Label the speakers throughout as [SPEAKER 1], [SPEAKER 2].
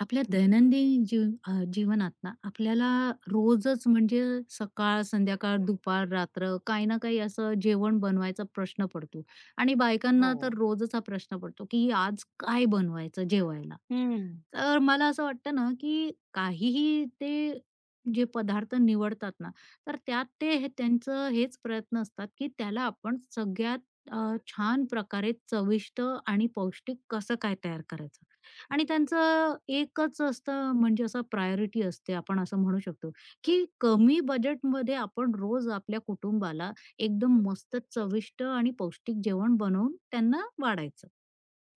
[SPEAKER 1] आपल्या दैनंदिन जीवनात ना आपल्याला रोजच म्हणजे सकाळ, संध्याकाळ, दुपार, रात्र काही ना काही असं जेवण बनवायचा प्रश्न पडतो आणि
[SPEAKER 2] हो.
[SPEAKER 1] बायकांना तर रोजच हा प्रश्न पडतो, की आज काय बनवायचं जेवायला?
[SPEAKER 2] हं.
[SPEAKER 1] तर मला असं वाटतं ना, की काहीही ते जे पदार्थ निवडतात ना, तर त्यात ते त्यांचं हेच प्रयत्न असतात, की त्याला आपण सगळ्यात अ, छान प्रकारे चविष्ट आणि पौष्टिक कसं काय तयार करायचं? आणि त्यांचं एकच असतं म्हणजे असं प्रायोरिटी असते आपण असं म्हणू शकतो, की कमी बजेटमध्ये आपण रोज आपल्या कुटुंबाला एकदम मस्त चविष्ट आणि पौष्टिक जेवण बनवून त्यांना वाढायचं.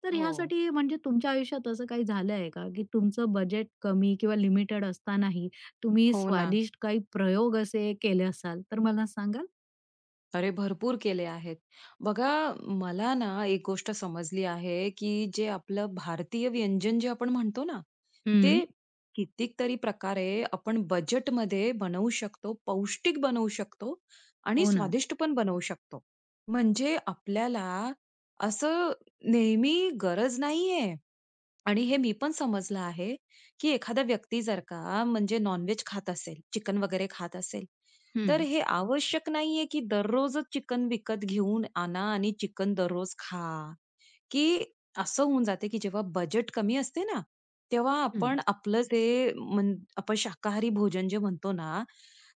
[SPEAKER 1] तर
[SPEAKER 2] हो.
[SPEAKER 1] ह्यासाठी म्हणजे तुमच्या आयुष्यात असं काही झालं आहे का, की तुमचं बजेट कमी किंवा लिमिटेड असतानाही तुम्ही
[SPEAKER 2] हो ना.
[SPEAKER 1] स्वादिष्ट काही प्रयोग असे केले असाल, तर मला सांगाल?
[SPEAKER 2] अरे, भरपूर केले आहेत. बघा, मला ना एक गोष्ट समजली आहे, की जे आपलं भारतीय व्यंजन जे आपण म्हणतो ना,
[SPEAKER 1] हं.
[SPEAKER 2] ते कितीक तरी प्रकारे आपण बजेटमध्ये बनवू शकतो, पौष्टिक बनवू शकतो आणि
[SPEAKER 1] हो ना.
[SPEAKER 2] स्वादिष्ट पण बनवू शकतो. म्हणजे आपल्याला असं नेहमी गरज नाहीये आणि हे मी पण समजलं आहे, की एखादा व्यक्ती जर का म्हणजे नॉन-व्हेज खात असेल, चिकन वगैरे खात असेल, तर
[SPEAKER 1] हं,
[SPEAKER 2] हे आवश्यक नाहीये की दररोजच चिकन विकत घेऊन आणा आणि चिकन दररोज खा. की असं होऊन जाते, की जेव्हा बजेट कमी असते ना, तेव्हा
[SPEAKER 1] हं.
[SPEAKER 2] आपण आपलं जे म्हण आपण शाकाहारी भोजन जे म्हणतो ना,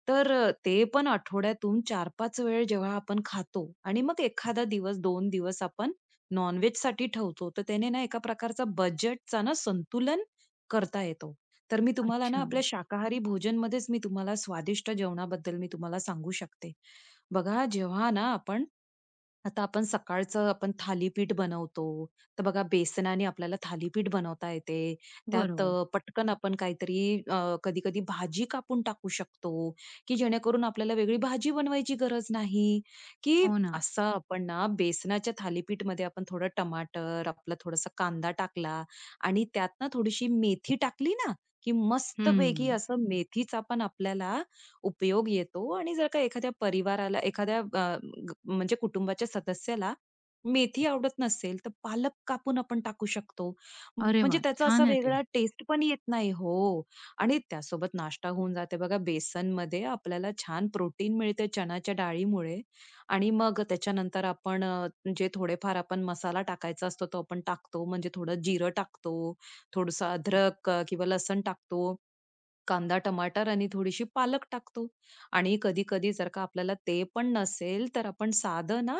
[SPEAKER 2] तर ते पण आठवड्यातून 4-5 वेळ जेव्हा आपण खातो आणि मग एखादा दिवस दोन दिवस आपण नॉन-व्हेजसाठी ठेवतो. तर त्याने ना एका प्रकारचा बजेटचा ना संतुलन करता येतो. तर मी तुम्हाला ना
[SPEAKER 1] अच्छा.
[SPEAKER 2] आपल्या शाकाहारी भोजनमध्येच मी तुम्हाला स्वादिष्ट जेवणाबद्दल मी तुम्हाला सांगू शकते. बघा जेव्हा ना आपण आता आपण सकाळचं आपण थालीपीठ बनवतो तर बघा बेसनाने आपल्याला थालीपीठ बनवता येते. त्यात
[SPEAKER 1] बरोबर.
[SPEAKER 2] पटकन आपण काहीतरी कधी कधी भाजी कापून टाकू शकतो की जेणेकरून आपल्याला वेगळी भाजी बनवायची गरज नाही. की
[SPEAKER 1] हो ना.
[SPEAKER 2] असं आपण ना बेसनाच्या थालीपीठ मध्ये आपण थोडं टमाटर आपला थोडासा कांदा टाकला आणि त्यात ना थोडीशी मेथी टाकली ना की मस्तपैकी
[SPEAKER 1] हं.
[SPEAKER 2] असं मेथीचा पण आपल्याला उपयोग येतो आणि जर का एखाद्या परिवाराला एखाद्या म्हणजे कुटुंबाच्या सदस्याला मेथी आवडत नसेल तर पालक कापून आपण टाकू शकतो
[SPEAKER 1] अरे
[SPEAKER 2] म्हणजे
[SPEAKER 1] वाह!
[SPEAKER 2] त्याचा असा
[SPEAKER 1] छान आहे ते.
[SPEAKER 2] वेगळा टेस्ट पण येत नाही हो. आणि त्यासोबत नाश्ता होऊन जाते बघा बेसन मध्ये आपल्याला छान प्रोटीन मिळते चणाच्या डाळीमुळे आणि मग त्याच्यानंतर आपण जे थोडेफार आपण मसाला टाकायचा असतो तो आपण टाकतो म्हणजे थोडं जिरं टाकतो, थोडंसं अद्रक किंवा लसण टाकतो, कांदा, टमाटर आणि थोडीशी पालक टाकतो. आणि कधी-कधी जर का आपल्याला ते पण नसेल, तर आपण साधं ना,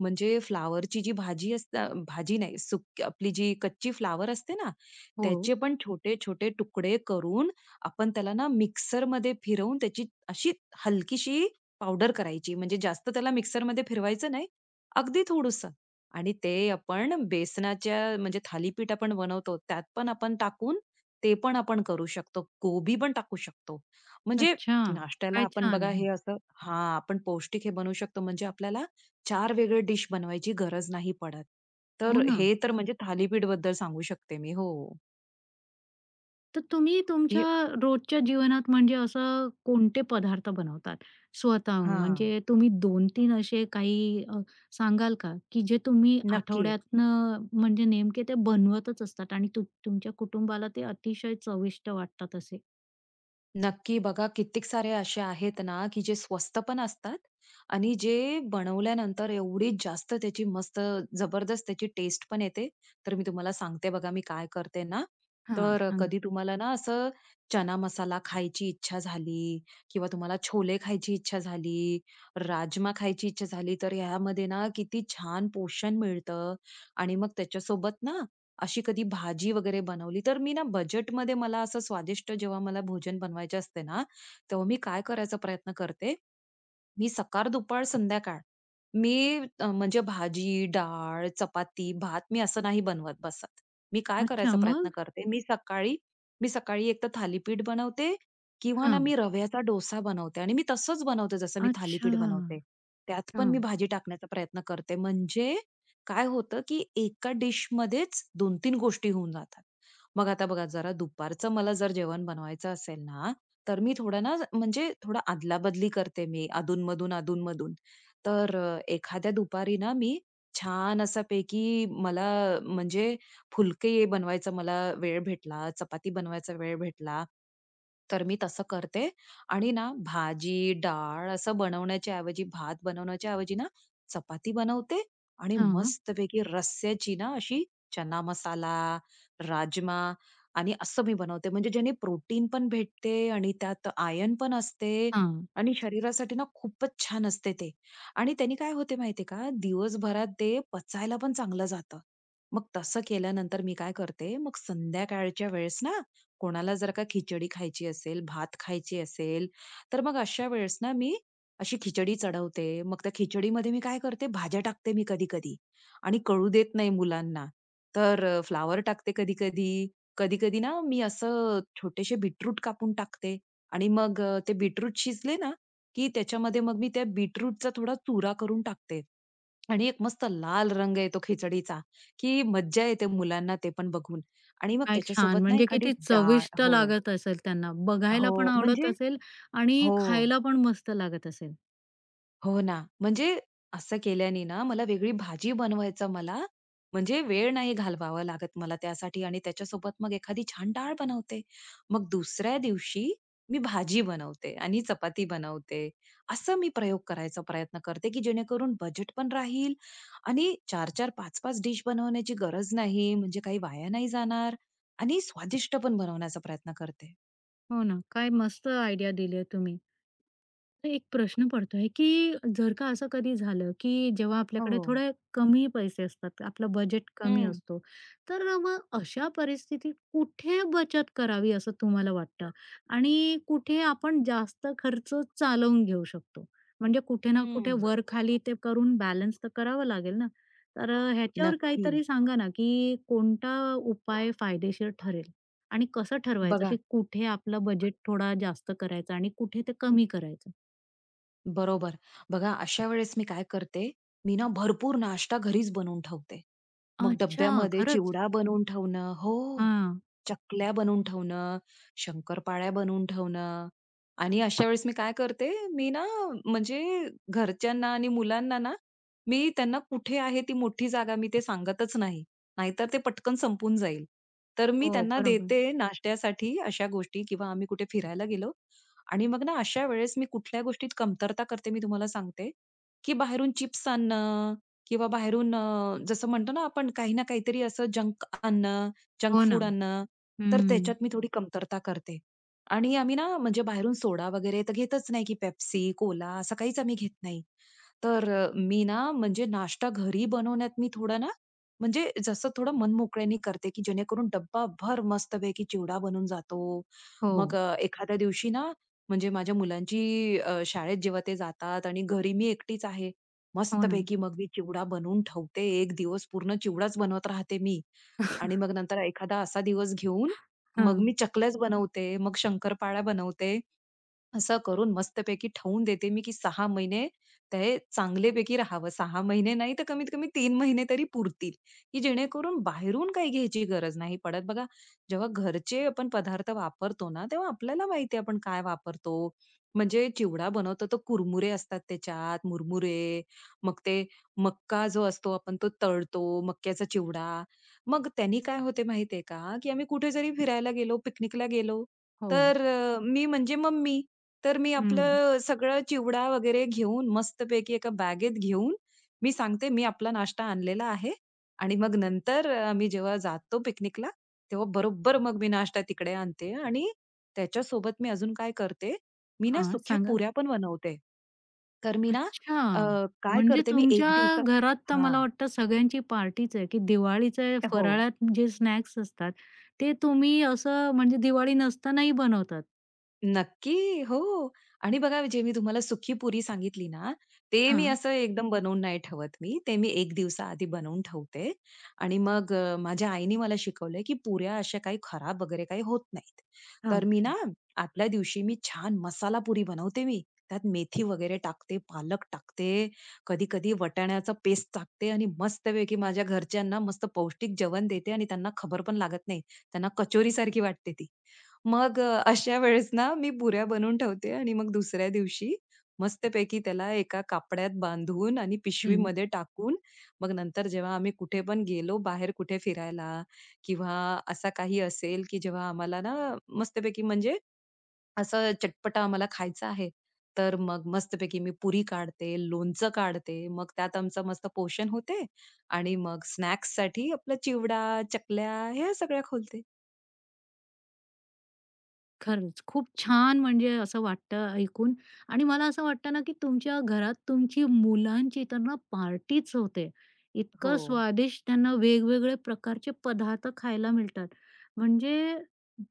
[SPEAKER 2] म्हणजे फ्लावरची जी भाजी असते भाजी नाही, सुक आपली जी कच्ची फ्लावर असते ना,
[SPEAKER 1] हो.
[SPEAKER 2] त्याचे पण छोटे-छोटे तुकडे करून आपण त्याला ना मिक्सरमध्ये फिरवून त्याची अशी हलकीशी पावडर करायची. म्हणजे जास्त त्याला मिक्सरमध्ये फिरवायचं नाही, अगदी थोडंसं. आणि ते आपण बेसनाच्या म्हणजे थालीपीठ आपण बनवतो, त्यात पण आपण टाकून ते पण आपण करू शकतो. कोबी पण टाकू शकतो. म्हणजे
[SPEAKER 1] अच्छा.
[SPEAKER 2] नाश्त्याला
[SPEAKER 1] काय
[SPEAKER 2] आपण
[SPEAKER 1] छान.
[SPEAKER 2] बघा हे असं, हां, आपण पौष्टिक हे बनवू शकतो. म्हणजे आपल्याला चार वेगळे डिश बनवायची गरज नाही पडत.
[SPEAKER 1] हो
[SPEAKER 2] तर
[SPEAKER 1] ना.
[SPEAKER 2] हे तर म्हणजे थालीपीठबद्दल सांगू शकते मी. हो.
[SPEAKER 1] तर तुम्ही तुमच्या
[SPEAKER 2] हे.
[SPEAKER 1] रोजच्या जीवनात म्हणजे असं कोणते पदार्थ बनवतात स्वतःहून?
[SPEAKER 2] हां.
[SPEAKER 1] म्हणजे तुम्ही 2-3 असे काही सांगाल का, की जे तुम्ही
[SPEAKER 2] नक्की.
[SPEAKER 1] आठवड्यातनं म्हणजे नेमके ते बनवतच असतात आणि तुमच्या कुटुंबाला ते अतिशय चविष्ट वाटतात असे?
[SPEAKER 2] नक्की बघा कित्येक सारे असे आहेत ना, की जे स्वस्त पण असतात आणि जे बनवल्यानंतर एवढी जास्त त्याची मस्त जबरदस्त त्याची टेस्ट पण येते. तर मी तुम्हाला सांगते बघा मी काय करते ना,
[SPEAKER 1] हां,
[SPEAKER 2] तर
[SPEAKER 1] सांगा.
[SPEAKER 2] कधी तुम्हाला ना असं चना मसाला खायची इच्छा झाली किंवा तुम्हाला छोले खायची इच्छा झाली, राजमा खायची इच्छा झाली, तर ह्यामध्ये ना किती छान पोषण मिळतं आणि मग त्याच्यासोबत ना अशी कधी भाजी वगैरे बनवली, तर मी ना बजेटमध्ये मला असं स्वादिष्ट जेव्हा मला भोजन बनवायचे असते ना, तेव्हा मी काय करायचा प्रयत्न करते, मी सकाळ, दुपार, संध्याकाळ मी म्हणजे भाजी, डाळ, चपाती, भात मी असं नाही बनवत बसत. मी काय
[SPEAKER 1] अच्छा
[SPEAKER 2] करायचा प्रयत्न
[SPEAKER 1] मग?
[SPEAKER 2] करते, मी सकाळी एकतर थालीपीठ बनवते किंवा ना
[SPEAKER 1] हां.
[SPEAKER 2] मी रव्याचा डोसा बनवते आणि मी तसंच बनवते जसं मी
[SPEAKER 1] अच्छा.
[SPEAKER 2] थालीपीठ बनवते. त्यात पण मी
[SPEAKER 1] हां.
[SPEAKER 2] भाजी टाकण्याचा प्रयत्न करते. म्हणजे काय होतं, की एका डिशमध्येच 2-3 गोष्टी होऊन जातात. मग आता बघा जरा दुपारचं मला जर जेवण बनवायचं असेल ना, तर मी थोडं ना म्हणजे थोडं अदलाबदली करते मी अधून-मधून, अधूनमधून. तर एखाद्या दुपारी ना मी छान असापैकी मला म्हणजे फुलके बनवायचा मला वेळ भेटला, चपाती बनवायचा वेळ भेटला, तर मी तसं करते आणि ना भाजी, डाळ असं बनवण्याच्या ऐवजी, भात बनवण्याच्या ऐवजी ना चपाती बनवते आणि
[SPEAKER 1] हां,
[SPEAKER 2] मस्तपैकी रस्स्याची ना अशी चना मसाला, राजमा आणि असं मी बनवते. म्हणजे ज्याने प्रोटीन पण भेटते आणि त्यात आयर्न पण असते
[SPEAKER 1] हां.
[SPEAKER 2] आणि शरीरासाठी ना खूपच छान असते ते. आणि त्यांनी काय होते माहितीये का, दिवसभरात ते पचायला पण चांगलं जातं. मग तसं केल्यानंतर मी काय करते, मग संध्याकाळच्या वेळेस ना, कोणाला जर का खिचडी खायची असेल, भात खायची असेल, तर मग अशा वेळेस ना मी अशी खिचडी चढवते. मग त्या खिचडीमध्ये मी काय करते, भाज्या टाकते मी कधी-कधी आणि कळू देत नाही मुलांना. तर फ्लॉवर टाकते कधी-कधी. कधी-कधी ना, मी असं छोटेसे बीटरूट कापून टाकते आणि मग ते बीटरूट शिजले ना की त्याच्यामध्ये मग मी त्या बीटरूटचा थोडा चुरा करून टाकते आणि एक मस्त लाल रंग येतो खिचडीचा, की मज्जा येते मुलांना ते पण बघून. आणि मग
[SPEAKER 1] काय छान!
[SPEAKER 2] त्याच्यासोबत ना
[SPEAKER 1] म्हणजे
[SPEAKER 2] एखादी
[SPEAKER 1] किती
[SPEAKER 2] डाळ
[SPEAKER 1] चविष्ट
[SPEAKER 2] हो.
[SPEAKER 1] लागत असेल त्यांना.
[SPEAKER 2] हो,
[SPEAKER 1] बघायला पण आवडत
[SPEAKER 2] म्हणजे
[SPEAKER 1] असेल आणि
[SPEAKER 2] हो.
[SPEAKER 1] खायला पण मस्त लागत असेल.
[SPEAKER 2] हो ना. म्हणजे असं केल्याने ना मला वेगळी भाजी बनवायचा मला म्हणजे वेळ नाही घालवावा लागत मला त्यासाठी आणि त्याच्यासोबत मग एखादी छान डाळ बनवते. मग दुसऱ्या दिवशी मी भाजी बनवते आणि चपाती बनवते. असं मी प्रयोग करायचा प्रयत्न करते, की जेणेकरून बजेट पण राहील आणि 4-4, 5-5 डिश बनवण्याची गरज नाही. म्हणजे काही वाया नाही जाणार आणि स्वादिष्ट पण बनवण्याचा प्रयत्न करते.
[SPEAKER 1] हो ना. काय मस्त आयडिया दिली तुम्ही. एक प्रश्न पडतोय, की जर का असं कधी झालं, की जेव्हा आपल्याकडे
[SPEAKER 2] हो.
[SPEAKER 1] थोडे कमी पैसे असतात, आपलं बजेट कमी
[SPEAKER 2] हं,
[SPEAKER 1] असतो, तर मग अशा परिस्थितीत कुठे बचत करावी असं तुम्हाला वाटतं? आणि कुठे आपण जास्त खर्च चालवून घेऊ शकतो? म्हणजे कुठे ना कुठे
[SPEAKER 2] हं.
[SPEAKER 1] वर-खाली ते करून बॅलन्स तर करावं लागेल ना? तर ह्याच्यावर
[SPEAKER 2] नक्की.
[SPEAKER 1] काहीतरी सांगा ना, की कोणता उपाय फायदेशीर ठरेल? आणि कसं ठरवायचं,
[SPEAKER 2] बघा.
[SPEAKER 1] की कुठे आपलं बजेट थोडा जास्त करायचा आणि कुठे ते कमी करायचं?
[SPEAKER 2] बरोबर. बघा अशा वेळेस मी काय करते, मी ना भरपूर नाश्ता घरीच बनवून ठेवते. मग
[SPEAKER 1] अच्छा,
[SPEAKER 2] डब्यामध्ये
[SPEAKER 1] खरंच?
[SPEAKER 2] चिवडा बनवून ठेवणं हो.
[SPEAKER 1] हां.
[SPEAKER 2] चकल्या बनवून ठेवणं, शंकरपाळ्या बनवून ठेवणं आणि अशा वेळेस मी काय करते, मी ना म्हणजे घरच्यांना आणि मुलांना ना, मी त्यांना कुठे आहे ती मोठी जागा मी ते सांगतच नाही. नाहीतर ते पटकन संपून जाईल. तर मी
[SPEAKER 1] हो,
[SPEAKER 2] त्यांना
[SPEAKER 1] बरोबर.
[SPEAKER 2] देते नाश्त्यासाठी अशा गोष्टी किंवा आम्ही कुठे फिरायला गेलो, आणि मग ना अशा वेळेस मी कुठल्या गोष्टीत कमतरता करते मी तुम्हाला सांगते, की बाहेरून चिप्स आणणं किंवा बाहेरून जसं म्हणतो ना आपण काही ना काहीतरी असं जंक आणणं, जंक
[SPEAKER 1] हो ना.
[SPEAKER 2] फूड आणणं, तर
[SPEAKER 1] हं.
[SPEAKER 2] त्याच्यात मी थोडी कमतरता करते. आणि आम्ही ना म्हणजे बाहेरून सोडा वगैरे तर घेतच नाही, की Pepsi, कोला असं काहीच आम्ही घेत नाही. तर मी ना म्हणजे नाश्ता घरी बनवण्यात मी थोडं ना म्हणजे जसं थोडं मनमोकळ्याने करते, की जेणेकरून डब्बाभर मस्तपैकी चिवडा बनून जातो. मग
[SPEAKER 1] हो,
[SPEAKER 2] एखाद्या दिवशी ना म्हणजे माझ्या मुलांची शाळेत जेव्हा ते जातात आणि घरी मी एकटीच आहे.
[SPEAKER 1] हो ना.
[SPEAKER 2] मस्तपैकी मग मी चिवडा बनवून ठेवते. एक दिवस पूर्ण चिवडाच बनवत राहते मी. आणि मग नंतर एखादा असा दिवस घेऊन मग मी
[SPEAKER 1] हां.
[SPEAKER 2] चकल्याच बनवते, मग शंकरपाळ्या बनवते असं करून मस्तपैकी ठेवून देते मी, की सहा महिने ते चांगल्यापैकी राहावं. सहा महिने नाही तर कमीत कमी 3 महिने तरी पुरतील, की जेणेकरून बाहेरून काही घ्यायची गरज नाही पडत. बघा, जेव्हा घरचे आपण पदार्थ वापरतो ना, तेव्हा आपल्याला माहिती आहे आपण काय वापरतो. म्हणजे चिवडा बनवतो तर कुरमुरे असतात त्याच्यात, मुरमुरे, मग ते मका जो असतो आपण तो तळतो, मक्याचा चिवडा. मग त्यांनी काय होते माहिती का, की आम्ही कुठे जरी फिरायला गेलो, पिकनिकला गेलो,
[SPEAKER 1] हो.
[SPEAKER 2] तर मी म्हणजे मम्मी. तर मी
[SPEAKER 1] हं.
[SPEAKER 2] आपलं सगळं चिवडा वगैरे घेऊन मस्तपैकी एका बॅगेत घेऊन, मी सांगते मी आपला नाश्ता आणलेला आहे आणि मग नंतर मी जेव्हा जातो पिकनिकला, तेव्हा बरोबर मग मी नाश्ता तिकडे आणते आणि त्याच्यासोबत मी अजून काय करते, मी ना
[SPEAKER 1] हां,
[SPEAKER 2] सुक्या
[SPEAKER 1] सांगा.
[SPEAKER 2] पुऱ्या पण बनवते. तर मी ना
[SPEAKER 1] अच्छा,
[SPEAKER 2] अ, काय
[SPEAKER 1] म्हणजे
[SPEAKER 2] करते मी
[SPEAKER 1] तुमच्या
[SPEAKER 2] 1 दिवसा.
[SPEAKER 1] घरात तर मला
[SPEAKER 2] हां.
[SPEAKER 1] वाटतं सगळ्यांची पार्टीच आहे, की दिवाळीचे
[SPEAKER 2] हो.
[SPEAKER 1] फराळात जे स्नॅक्स असतात, ते तुम्ही असं म्हणजे दिवाळी नसतानाही बनवतात?
[SPEAKER 2] नक्की. हो. आणि बघा जे मी तुम्हाला सुकी पुरी सांगितली ना, ते मी
[SPEAKER 1] हां.
[SPEAKER 2] असं एकदम बनवून नाही ठेवत मी. ते मी 1 दिवसाआधी बनवून ठेवते आणि मग माझ्या आईने मला शिकवलंय, की पुऱ्या अशा काही खराब वगैरे काही होत नाहीत. तर मी ना
[SPEAKER 1] अच्छा.
[SPEAKER 2] आदल्या दिवशी मी छान मसाला पुरी बनवते मी. त्यात मेथी वगैरे टाकते, पालक टाकते, कधी-कधी वाटाण्याचा पेस्ट टाकते आणि मस्तपैकी माझ्या घरच्यांना मस्त पौष्टिक जेवण देते आणि त्यांना खबर पण लागत नाही. त्यांना कचोरीसारखी वाटते ती. मग अशा वेळेस ना मी पुऱ्या बनवून ठेवते आणि मग दुसऱ्या दिवशी मस्तपैकी त्याला एका कापड्यात बांधून आणि पिशवीमध्ये टाकून, मग नंतर जेव्हा आम्ही कुठे पण गेलो बाहेर कुठे फिरायला किंवा असा काही असेल, की जेव्हा आम्हाला ना मस्तपैकी म्हणजे असं चटपटा आम्हाला खायचं आहे, तर मग मस्तपैकी मी पुरी काढते, लोणचं काढते, मग त्यात आमचं मस्त पोषण होते आणि मग स्नॅक्ससाठी आपला चिवडा, चकल्या ह्या सगळ्या खोलते.
[SPEAKER 1] खरंच, खूप छान म्हणजे असं वाटतं ऐकून आणि मला असं वाटतं ना, की तुमच्या घरात तुमची मुलांची तर ना पार्टीच होते.
[SPEAKER 2] हो.
[SPEAKER 1] इतकं स्वादिष्ट त्यांना वेगवेगळे प्रकारचे पदार्थ खायला मिळतात. म्हणजे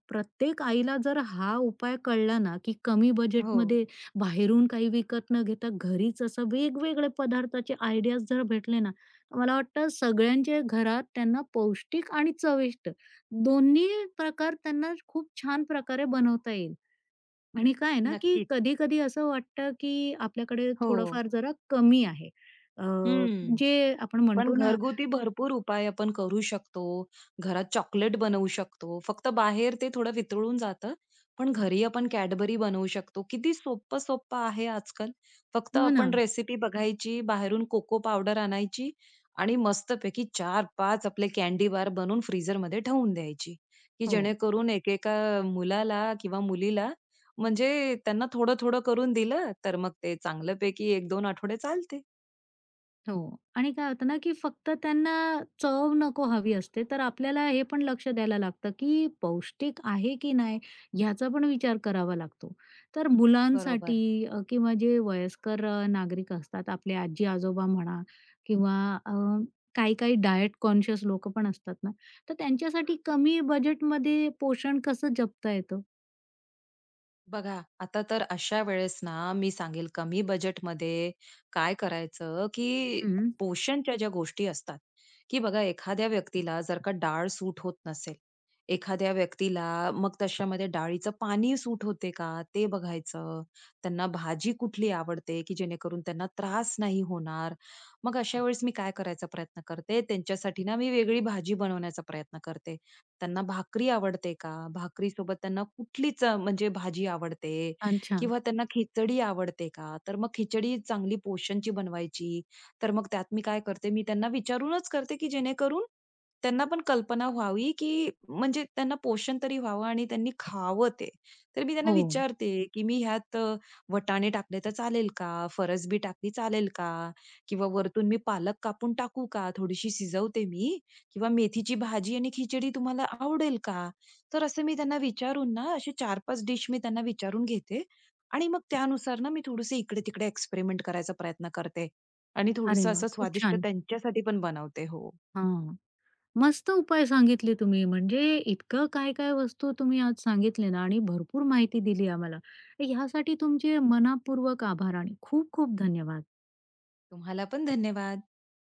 [SPEAKER 1] प्रत्येक आईला जर हा उपाय कळला ना, की कमी
[SPEAKER 2] हो.
[SPEAKER 1] बजेटमध्ये बाहेरून काही विकत न घेता घरीच असं वेगवेगळे पदार्थाचे आयडियाज जर भेटले ना, तर मला वाटतं सगळ्यांच्या घरात त्यांना पौष्टिक आणि चविष्ट दोन्ही प्रकार त्यांना खूप छान प्रकारे बनवता येईल आणि काय आहे ना, की
[SPEAKER 2] नक्कीच.
[SPEAKER 1] कधी-कधी असं वाटतं, की आपल्याकडे
[SPEAKER 2] हो.
[SPEAKER 1] थोडंफार जरा कमी आहे. अ,
[SPEAKER 2] हं.
[SPEAKER 1] जे आपण
[SPEAKER 2] पण
[SPEAKER 1] म्हणतो ना
[SPEAKER 2] घरगुती भरपूर उपाय आपण करू शकतो. घरात चॉकलेट बनवू शकतो. फक्त बाहेर ते थोडं वितळून जातं. पण घरी आपण Cadbury बनवू शकतो. किती सोप्पं-सोप्पं आहे आजकाल. फक्त
[SPEAKER 1] हो ना.
[SPEAKER 2] आपण रेसिपी बघायची, बाहेरून कोको पावडर आणायची आणि मस्तपैकी 4-5 आपले कँडी बार बनवून फ्रीझरमध्ये ठेवून द्यायची, की
[SPEAKER 1] हो.
[SPEAKER 2] जेणेकरून एकेका मुलाला किंवा मुलीला म्हणजे त्यांना थोडं-थोडं करून दिलं, तर मग ते चांगल्यापैकी 1-2 आठवडे चालते.
[SPEAKER 1] हो. आणि काय होतं ना, की फक्त त्यांना चव नको हवी असते, तर आपल्याला हे पण लक्ष द्यायला लागतं, की पौष्टिक आहे की नाही ह्याचा पण विचार करावा लागतो. तर
[SPEAKER 2] बरोबर.
[SPEAKER 1] मुलांसाठी किंवा जे वयस्कर नागरिक असतात, आपले आजी-आजोबा म्हणा किंवा अ, काही-काही डायट कॉन्शियस लोकं पण असतात ना, तर त्यांच्यासाठी कमी बजेटमध्ये पोषण कसं जपता येतं?
[SPEAKER 2] बघा, आता तर अशा वेळेस ना, मी सांगेल कमी बजेटमध्ये काय करायचं, की
[SPEAKER 1] हं.
[SPEAKER 2] पोषणच्या ज्या गोष्टी असतात, की बघा एखाद्या व्यक्तीला जर का डाळ सूट होत नसेल, एखाद्या व्यक्तीला मग तशामध्ये डाळीचं पाणी सूट होते का, ते बघायचं. त्यांना भाजी कुठली आवडते, की जेणेकरून त्यांना त्रास नाही होणार. मग अशा वेळेस मी काय करायचा प्रयत्न करते, त्यांच्यासाठी ना मी वेगळी भाजी बनवण्याचा प्रयत्न करते. त्यांना भाकरी आवडते का? भाकरीसोबत त्यांना कुठलीच म्हणजे भाजी आवडते?
[SPEAKER 1] अच्छा.
[SPEAKER 2] किंवा त्यांना खिचडी आवडते का? तर मग खिचडी चांगली पोषणची बनवायची. तर मग त्यात मी काय करते, मी त्यांना विचारूनच करते, की जेणेकरून त्यांना पण कल्पना व्हावी, की म्हणजे त्यांना पोषण तरी व्हावं आणि त्यांनी खावं ते. तर मी त्यांना
[SPEAKER 1] हो.
[SPEAKER 2] विचारते, की "मी ह्यात वटाणे टाकले तर चालेल का? फरसबी टाकली चालेल का? किंवा वरतून मी पालक कापून टाकू का? थोडीशी शिजवते मी किंवा मेथीची भाजी आणि खिचडी तुम्हाला आवडेल का? तर असं मी त्यांना विचारून ना असे 4-5 डिश मी त्यांना विचारून घेते आणि मग त्यानुसार ना मी थोडंसं इकडे-तिकडे एक्सपेरिमेंट करायचा प्रयत्न करते आणि
[SPEAKER 1] अरे
[SPEAKER 2] थोडंसं
[SPEAKER 1] वाह!
[SPEAKER 2] असं
[SPEAKER 1] खूप
[SPEAKER 2] स्वादिष्ट
[SPEAKER 1] छान.
[SPEAKER 2] त्यांच्यासाठी पण बनवते. हो.
[SPEAKER 1] हां. मस्त उपाय सांगितले तुम्ही. म्हणजे इतकं काय-काय वस्तू तुम्ही आज सांगितले ना आणि भरपूर माहिती दिली आम्हाला. ह्यासाठी तुमचे मनःपूर्वक आभार आणि खूप-खूप धन्यवाद.
[SPEAKER 2] तुम्हाला पण धन्यवाद.